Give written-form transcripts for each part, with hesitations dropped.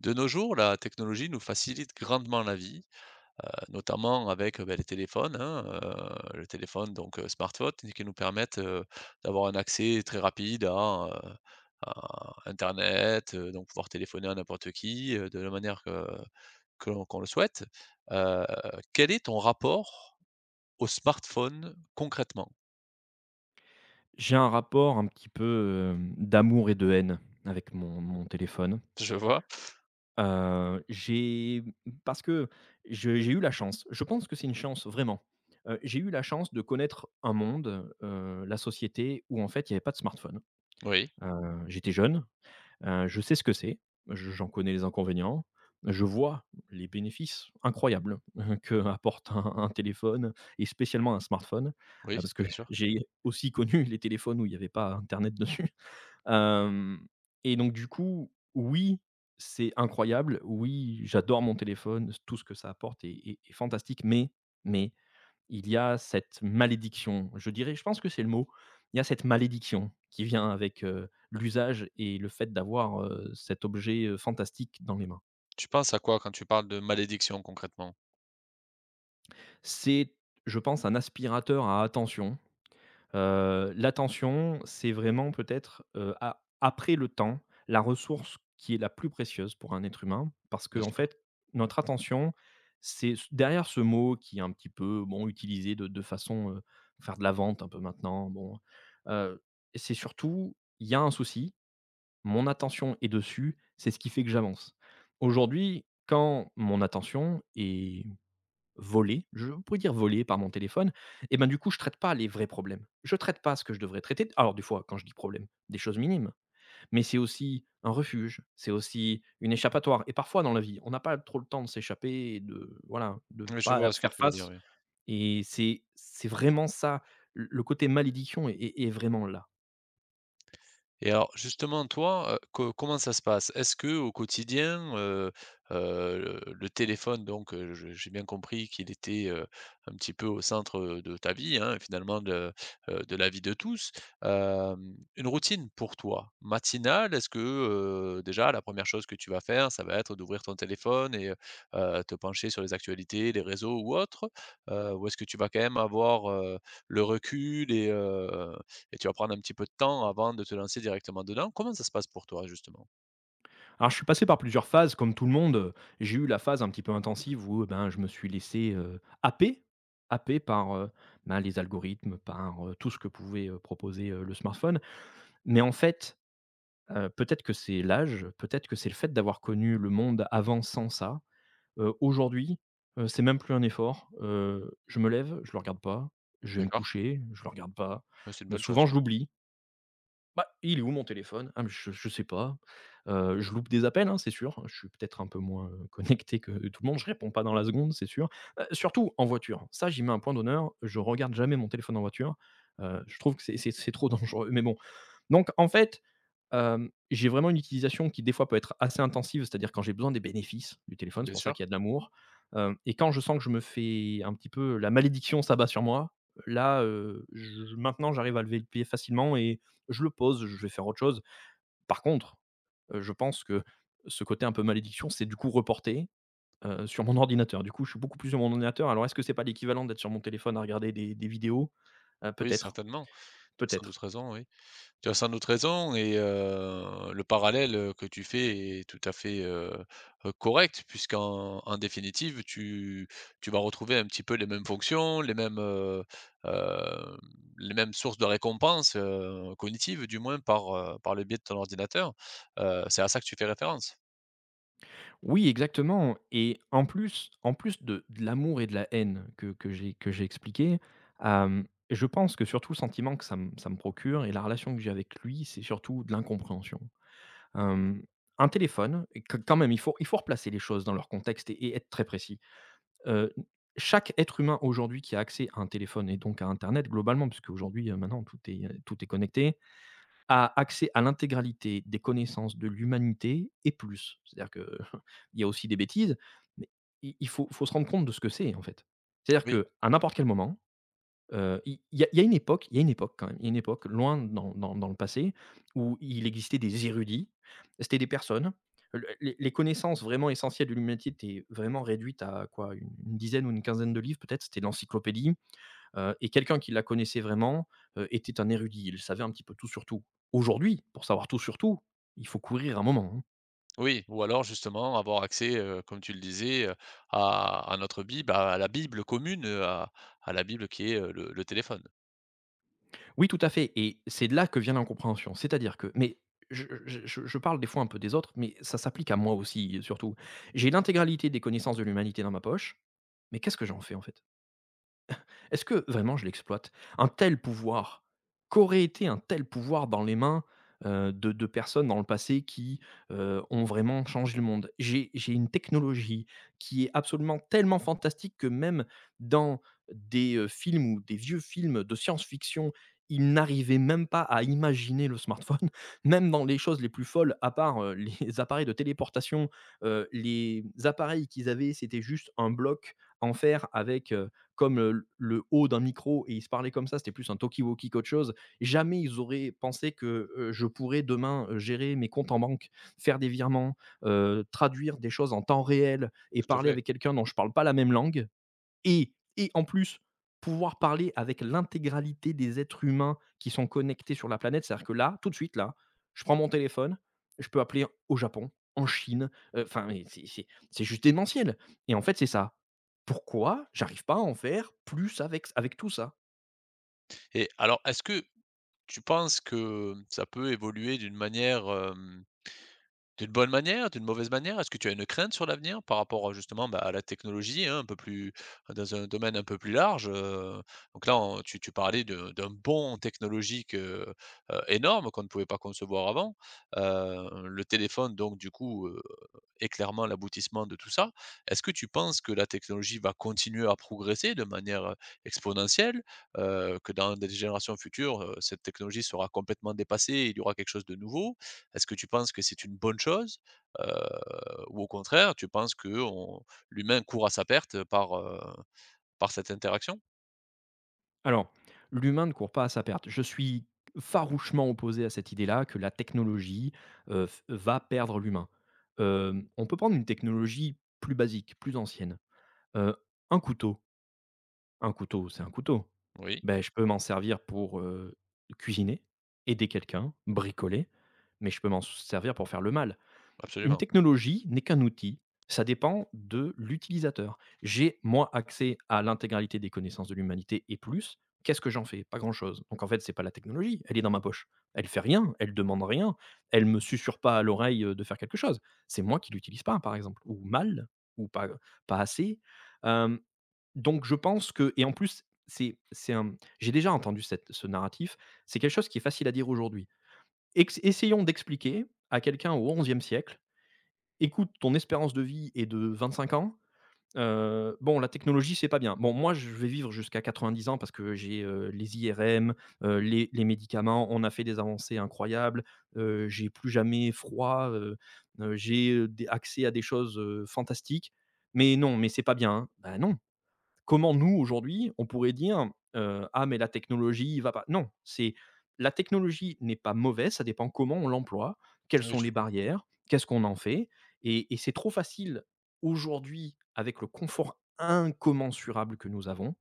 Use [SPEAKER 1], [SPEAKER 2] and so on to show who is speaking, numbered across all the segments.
[SPEAKER 1] De nos jours, la technologie nous facilite grandement la vie, notamment avec, les téléphones, hein, le téléphone donc smartphone et qui nous permettent, d'avoir un accès très rapide à internet, donc pouvoir téléphoner à n'importe qui, de la manière que l'on qu'on le souhaite. Heu, quel est ton rapport au smartphone concrètement?
[SPEAKER 2] J'ai un rapport un petit peu, d'amour et de haine avec mon téléphone.
[SPEAKER 1] Je vois.
[SPEAKER 2] J'ai parce que je j'ai eu la chance, je pense que c'est une chance vraiment. J'ai eu la chance de connaître un monde, la société où en fait il n'y avait pas de smartphone.
[SPEAKER 1] Oui,
[SPEAKER 2] J'étais jeune, je sais ce que c'est, je j'en connais les inconvénients, je vois les bénéfices incroyables que apporte un téléphone et spécialement un smartphone,
[SPEAKER 1] oui,
[SPEAKER 2] parce que
[SPEAKER 1] bien sûr.
[SPEAKER 2] j'ai aussi connu les téléphones où il n'y avait pas internet dessus. Hem Et donc du coup, oui, c'est incroyable, oui, j'adore mon téléphone, tout ce que ça apporte est fantastique, mais il y a cette malédiction, je dirais, je pense que c'est le mot. Il y a cette malédiction qui vient avec, l'usage et le fait d'avoir, cet objet, fantastique dans les mains.
[SPEAKER 1] Tu penses à quoi quand tu parles de malédiction concrètement?
[SPEAKER 2] C'est, je pense, un aspirateur à attention. L'attention, c'est vraiment peut-être, a après le temps, la ressource qui est la plus précieuse pour un être humain. Parce
[SPEAKER 1] Bien
[SPEAKER 2] qu'en
[SPEAKER 1] sûr.
[SPEAKER 2] fait, notre attention, c'est s derrière ce mot qui est un petit peu, bon, utilisé de façon, faire de la vente un peu maintenant, bon, heu, c'est surtout, il y a un souci, mon attention est dessus, c'est ce qui fait que j'avance. Aujourd'hui, quand mon attention est volée, je pourrais dire volée par mon téléphone, et ben, du coup, je traite pas les vrais problèmes. Je traite pas ce que je devrais traiter. Alors, des fois, quand je dis problème, des choses minimes, mais c'est aussi un refuge, c'est aussi une échappatoire. Et parfois, dans la vie, on n'a pas trop le temps de s'échapper et de voilà, de
[SPEAKER 1] Oui, je
[SPEAKER 2] pas
[SPEAKER 1] vois ce que
[SPEAKER 2] faire
[SPEAKER 1] tu veux dire,
[SPEAKER 2] face.
[SPEAKER 1] oui.
[SPEAKER 2] Et c'est vraiment ça, le côté malédiction est vraiment là.
[SPEAKER 1] Et alors justement toi, co comment ça se passe? Est-ce que au quotidien, le téléphone donc je j'ai bien compris qu'il était, un petit peu au centre, de ta vie, hein, et finalement de la vie de tous. Une routine pour toi, matinale, est-ce que, déjà la première chose que tu vas faire, ça va être d'ouvrir ton téléphone et te pencher sur les actualités, les réseaux ou autres? Ou est-ce que tu vas quand même avoir, le recul et et tu vas prendre un petit peu de temps avant de te lancer directement dedans. Comment ça se passe pour toi justement?
[SPEAKER 2] Alors, je suis passé par plusieurs phases comme tout le monde, j'ai eu la phase un petit peu intensive où, eh ben, je me suis laissé, happer, happer par, ben, les algorithmes, par, tout ce que pouvait, proposer, le smartphone. Mais en fait, peut-être que c'est l'âge, peut-être que c'est le fait d'avoir connu le monde avant sans ça. Aujourd'hui, c'est même plus un effort, je me lève, je le regarde pas, je vais me
[SPEAKER 1] D'accord,
[SPEAKER 2] coucher, je le regarde pas.
[SPEAKER 1] oui, c'est une bonne
[SPEAKER 2] Souvent
[SPEAKER 1] chose.
[SPEAKER 2] je l'oublie, bah, il est où mon téléphone? Ah mais je sais pas. Je loupe des appels, hein, c'est sûr. Je suis peut-être un peu moins, connecté que tout le monde. Je réponds pas dans la seconde, c'est sûr. Surtout en voiture. Ça, j'y mets un point d'honneur, je regarde jamais mon téléphone en voiture. Je trouve que c'est trop dangereux mais bon. Donc en fait j'ai vraiment une utilisation qui des fois peut être assez intensive, c'est-à-dire quand j'ai besoin des bénéfices du téléphone, c'est
[SPEAKER 1] Bien
[SPEAKER 2] pour ça
[SPEAKER 1] sûr,
[SPEAKER 2] qu'il y a de l'amour, hem et quand je sens que je me fais un petit peu la malédiction s'abat sur moi, là, je maintenant j'arrive à lever le pied facilement et je le pose, je vais faire autre chose. Par contre, je pense que ce côté un peu malédiction, c'est du coup reporté, sur mon ordinateur. Du coup, je suis beaucoup plus sur mon ordinateur. Alors est-ce que c'est pas l'équivalent d'être sur mon téléphone à regarder des vidéos?
[SPEAKER 1] oui,
[SPEAKER 2] Peut-être,
[SPEAKER 1] certainement. Tu as sans
[SPEAKER 2] peut-être.
[SPEAKER 1] doute raison, oui. Tu as sans doute raison et le parallèle, que tu fais est tout à fait, correct puisqu'en en définitive, tu vas retrouver un petit peu les mêmes fonctions, les mêmes, hem, les mêmes sources de récompenses, cognitives du moins par, par le biais de ton ordinateur. C'est à ça que tu fais référence?
[SPEAKER 2] Oui, exactement et en plus de l'amour et de la haine que j'ai expliqué, je pense que surtout le sentiment que ça me procure et la relation que j'ai avec lui, c'est surtout de l'incompréhension. Hem, un téléphone et que quand même il faut replacer les choses dans leur contexte et être très précis. Heu, Chaque être humain aujourd'hui qui a accès à un téléphone et donc à internet globalement, puisqu'aujourd'hui, maintenant tout est connecté, a accès à l'intégralité des connaissances de l'humanité et plus. C'est-à-dire qu'il y a aussi des bêtises, mais i il faut faut se rendre compte de ce que c'est, en fait. C'est-à-dire
[SPEAKER 1] Oui.
[SPEAKER 2] qu'à n'importe quel moment, il y a une époque il y a une époque quand même, il y a une époque loin dans le passé où il existait des érudits. C'était des personnes, le les connaissances vraiment essentielles de l'humanité étaient vraiment réduites à quoi? Une dizaine ou une quinzaine de livres peut-être, c'était l'encyclopédie. Et quelqu'un qui la connaissait vraiment, était un érudit. Il savait un petit peu tout sur tout. Aujourd'hui, pour savoir tout sur tout, il faut courir un moment, hein.
[SPEAKER 1] Oui, ou alors justement avoir accès, comme tu le disais, à notre Bible, à la Bible commune, à la Bible qui est, le téléphone.
[SPEAKER 2] Oui, tout à fait et c'est de là que vient l'incompréhension. C'est-à-dire que mais je parle des fois un peu des autres, mais ça s'applique à moi aussi, surtout. J'ai l'intégralité des connaissances de l'humanité dans ma poche, mais qu'est-ce que j'en fais, en fait? Est-ce que vraiment je l'exploite? Un tel pouvoir, qu'aurait été un tel pouvoir dans les mains, de personnes dans le passé qui, ont vraiment changé le monde? J'ai une technologie qui est absolument tellement fantastique que même dans des, films ou des vieux films de science-fiction, ils n'arrivaient même pas à imaginer le smartphone. Même dans les choses les plus folles, à part, les appareils de téléportation, les appareils qu'ils avaient, c'était juste un bloc en fer avec, comme le haut d'un micro et ils se parlaient comme ça, c'était plus un talkie-walkie qu'autre chose. Jamais ils auraient pensé que je pourrais demain gérer mes comptes en banque, faire des virements, traduire des choses en temps réel et
[SPEAKER 1] Tout à
[SPEAKER 2] parler
[SPEAKER 1] fait.
[SPEAKER 2] avec quelqu'un dont je ne parle pas la même langue et en plus, pouvoir parler avec l'intégralité des êtres humains qui sont connectés sur la planète. C'est-à-dire que là, tout de suite, je prends mon téléphone, je peux appeler au Japon, en Chine, enfin, mais c'est juste démentiel et en fait, c'est ça. Pourquoi j'arrive pas à en faire plus avec tout ça?
[SPEAKER 1] Et alors, est-ce que tu penses que ça peut évoluer d'une manière, d'une bonne manière, d'une mauvaise manière? Est-ce que tu as une crainte sur l'avenir par rapport, justement, bah, à la technologie, hein, un peu plus dans un domaine un peu plus large? Donc là, on tu parlais de d'un bond technologique, énorme qu'on ne pouvait pas concevoir avant. Le téléphone, donc du coup, est clairement l'aboutissement de tout ça. Est-ce que tu penses que la technologie va continuer à progresser de manière, exponentielle? Que dans des générations futures, cette technologie sera complètement dépassée et il y aura quelque chose de nouveau? Est-ce que tu penses que c'est une bonne chose? Heu, ou au contraire, tu penses qu'on l'humain court à sa perte par, par cette interaction?
[SPEAKER 2] Alors, l'humain ne court pas à sa perte. Je suis farouchement opposé à cette idée-là que la technologie, f va perdre l'humain. On peut prendre une technologie plus basique, plus ancienne, heu, un couteau. Un couteau, c'est un couteau.
[SPEAKER 1] Oui,
[SPEAKER 2] Ben, je peux m'en servir pour, cuisiner, aider quelqu'un, bricoler, mais je peux m'en servir pour faire le mal. Une
[SPEAKER 1] absolument.
[SPEAKER 2] technologie n'est qu'un outil, ça dépend de l'utilisateur. J'ai, moi, accès à l'intégralité des connaissances de l'humanité et plus. Qu'est-ce que j'en fais? Pas grand-chose. Donc en fait, c'est pas la technologie, elle est dans ma poche. Elle fait rien, elle demande rien, elle me susurre pas à l'oreille, de faire quelque chose. C'est moi qui l'utilise pas, par exemple, ou mal, ou pas assez. Hem, donc je pense que et en plus, c'est un j'ai déjà entendu cette ce narratif, c'est quelque chose qui est facile à dire aujourd'hui. Ex Essayons d'expliquer à quelqu'un au XIe siècle. Écoute, ton espérance de vie est de 25 ans, bon la technologie c'est pas bien. Bon moi je vais vivre jusqu'à 90 ans parce que j'ai, les IRM, les médicaments, on a fait des avancées incroyables, j'ai plus jamais froid, j'ai, des accès à des choses, fantastiques. Mais non, mais c'est pas bien, hein. Bah non! Comment nous, aujourd'hui, on pourrait dire, «Ah mais la technologie va pas», non, c'est la technologie n'est pas mauvaise, ça dépend comment on l'emploie, quelles
[SPEAKER 1] Oui,
[SPEAKER 2] sont
[SPEAKER 1] je
[SPEAKER 2] les
[SPEAKER 1] comprends.
[SPEAKER 2] barrières, qu'est-ce qu'on en fait et c'est trop facile aujourd'hui, avec le confort incommensurable que nous avons,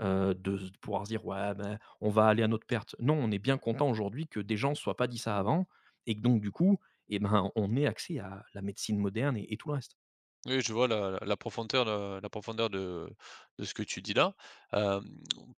[SPEAKER 2] de s pouvoir se dire: «Ouais, ben, on va aller à notre perte». Non, on est bien content aujourd'hui que des gens se soient pas dit ça avant et que donc du coup, et ben, on ait accès à la médecine moderne et tout le reste.
[SPEAKER 1] Oui, je vois la profondeur, la profondeur de ce que tu dis là. Hem,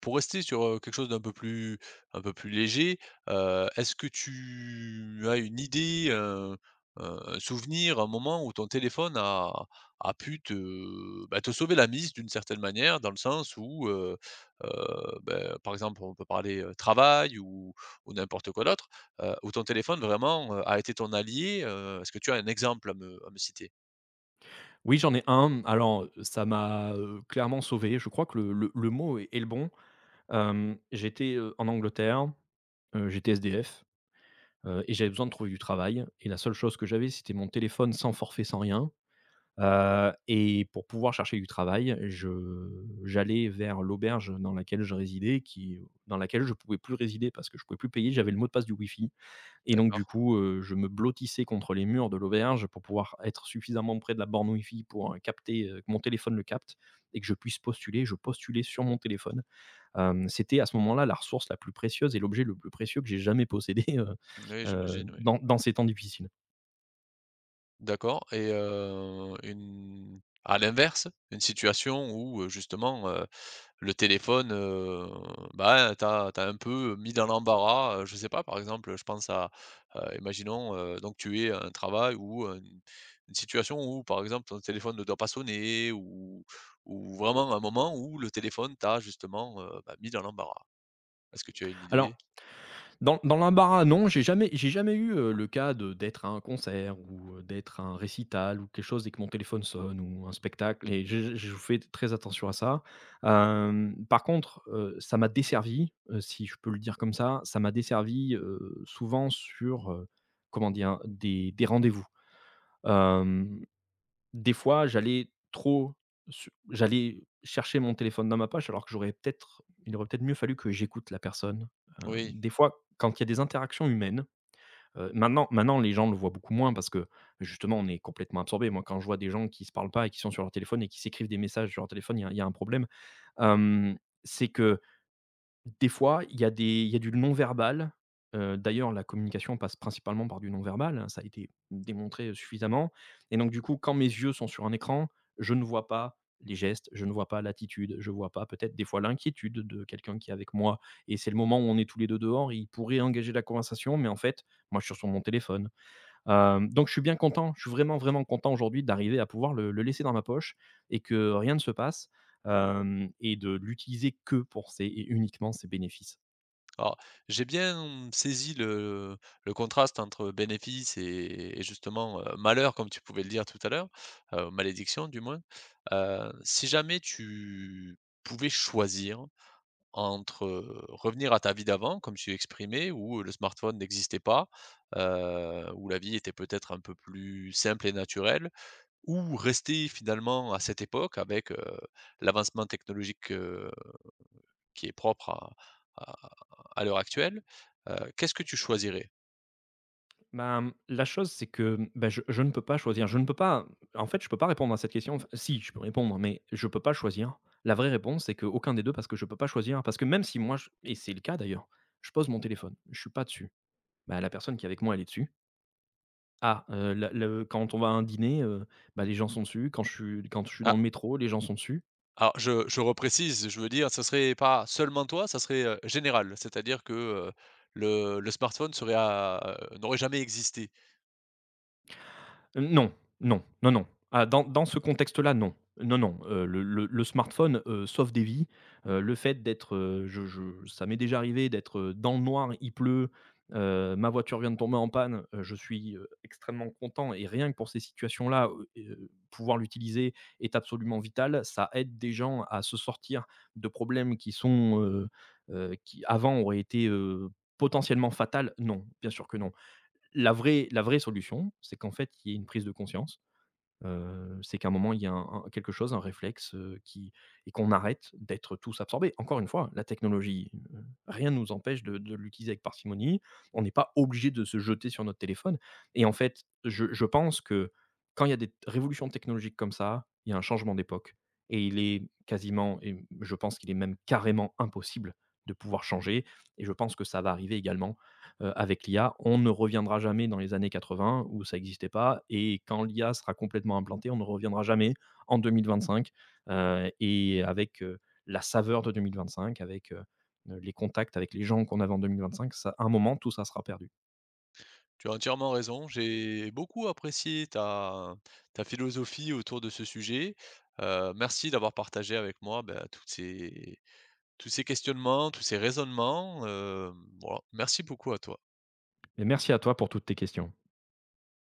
[SPEAKER 1] pour rester sur, quelque chose d'un peu plus un peu plus léger, est-ce que tu as une idée, un souvenir, un moment où ton téléphone a pu te, bah, te sauver la mise d'une certaine manière? Dans le sens où, beh, par exemple, on peut parler, travail ou n'importe quoi d'autre, où ton téléphone vraiment, a été ton allié, est-ce que tu as un exemple à me citer?
[SPEAKER 2] Oui, j'en ai un. Alors, ça m'a, clairement sauvé. Je crois que le mot est le bon. J'étais, en Angleterre, j'étais SDF, et j'avais besoin de trouver du travail et la seule chose que j'avais, c'était mon téléphone sans forfait, sans rien, et pour pouvoir chercher du travail, je j'allais vers l'auberge dans laquelle je résidais dans laquelle je pouvais plus résider parce que je pouvais plus payer. J'avais le mot de passe du Wi-Fi. Et donc du
[SPEAKER 1] D'accord.
[SPEAKER 2] coup, je me blottissais contre les murs de l'auberge pour pouvoir être suffisamment près de la borne Wi-Fi pour, capter, que mon téléphone le capte et que je puisse postuler. Je postulais sur mon téléphone. C'était à ce moment-là la ressource la plus précieuse et l'objet le plus précieux que j'ai jamais possédé,
[SPEAKER 1] Oui, j'imagine, oui.
[SPEAKER 2] dans ces temps difficiles.
[SPEAKER 1] D'accord et une à l'inverse, une situation où, justement, le téléphone, bah, t'as un peu mis dans l'embarras, je sais pas, par exemple, je pense à, imaginons, donc tu es à un travail ou une situation où, par exemple, ton téléphone ne doit pas sonner ou vraiment un moment où le téléphone t'a justement, bah, mis dans l'embarras. Est-ce que tu as une
[SPEAKER 2] Alors,
[SPEAKER 1] idée?
[SPEAKER 2] dans l'embarras, non, j'ai jamais eu, le cas de d'être à un concert ou, d'être à un récital ou quelque chose et que mon téléphone sonne ou un spectacle, et je fais très attention à ça. Par contre, ça m'a desservi, si je peux le dire comme ça m'a desservi, souvent sur, comment dire? Des rendez-vous. Hem des fois, j'allais trop su j'allais chercher mon téléphone dans ma poche alors que j'aurais peut-être il aurait peut-être mieux fallu que j'écoute la personne.
[SPEAKER 1] Oui.
[SPEAKER 2] Des fois, quand il y a des interactions humaines, maintenant les gens le voient beaucoup moins, parce que justement on est complètement absorbé. Moi, quand je vois des gens qui se parlent pas et qui sont sur leur téléphone et qui s'écrivent des messages sur leur téléphone, il y a un problème. Hem, c'est que des fois, il y a du non-verbal. D'ailleurs, la communication passe principalement par du non-verbal, hein, ça a été démontré suffisamment, et donc du coup, quand mes yeux sont sur un écran, je ne vois pas les gestes, je ne vois pas l'attitude, je vois pas peut-être des fois l'inquiétude de quelqu'un qui est avec moi, et c'est le moment où on est tous les 2 dehors, il pourrait engager la conversation mais en fait, moi je suis sur mon téléphone. Donc je suis bien content, je suis vraiment, vraiment content aujourd'hui d'arriver à pouvoir le laisser dans ma poche et que rien ne se passe, hem et de l'utiliser que pour ses et uniquement ses bénéfices.
[SPEAKER 1] Alors, j'ai bien saisi le contraste entre bénéfice et justement, malheur comme tu pouvais le dire tout à l'heure, malédiction du moins. Si jamais tu pouvais choisir entre, revenir à ta vie d'avant comme tu exprimais où le smartphone n'existait pas, où la vie était peut-être un peu plus simple et naturelle, ou rester finalement à cette époque avec, l'avancement technologique, qui est propre à à à l'heure actuelle, qu'est-ce que tu choisirais?
[SPEAKER 2] Bah, la chose, c'est que, bah, je ne peux pas choisir. Je ne peux pas, en fait, je peux pas répondre à cette question. Enfin, si, je peux répondre, mais je peux pas choisir. La vraie réponse, c'est qu'aucun des deux, parce que je peux pas choisir. Parce que même si moi je, et c'est le cas d'ailleurs, je pose mon téléphone, je suis pas dessus. Bah, la personne qui est avec moi, elle est dessus. Ah, le quand on va à un dîner, bah, les gens sont dessus. Quand je suis dans
[SPEAKER 1] Ah,
[SPEAKER 2] le métro, les gens sont dessus.
[SPEAKER 1] alors je reprécise, je veux dire, ça serait pas seulement toi, ça serait, général, c'est-à-dire que, le smartphone serait à n'aurait jamais existé.
[SPEAKER 2] Non, non, non, non. Ah, dans ce contexte-là, non. Non, non, le smartphone, sauve des vies. Le fait d'être, je ça m'est déjà arrivé d'être, dans le noir, il pleut, ma voiture vient de tomber en panne, je suis, extrêmement content, et rien que pour ces situations-là, et pouvoir l'utiliser est absolument vital. Ça aide des gens à se sortir de problèmes qui sont, qui avant auraient été, potentiellement fatals. Non, bien sûr que non. La vraie solution, c'est qu'en fait, il y ait une prise de conscience, c'est qu'à un moment, il y a un quelque chose, un réflexe, qui, et qu'on arrête d'être tous absorbés. Encore une fois, la technologie, rien ne nous empêche de l'utiliser avec parcimonie. On n'est pas obligé de se jeter sur notre téléphone, et en fait, je pense que quand il y a des révolutions technologiques comme ça, il y a un changement d'époque, et il est quasiment, et je pense qu'il est même carrément impossible de pouvoir changer, et je pense que ça va arriver également avec l'IA. On ne reviendra jamais dans les années 80 où ça n'existait pas, et quand l'IA sera complètement implantée, on ne reviendra jamais en 2025, et avec, la saveur de 2025, avec, les contacts avec les gens qu'on avait en 2025, ça, à un moment, tout ça sera perdu.
[SPEAKER 1] Tu as entièrement raison. J'ai beaucoup apprécié ta, ta philosophie autour de ce sujet. Merci d'avoir partagé avec moi ben, toutes ces, tous ces questionnements, tous ces raisonnements. Voilà. Merci beaucoup à toi.
[SPEAKER 2] Et merci à toi pour toutes tes questions.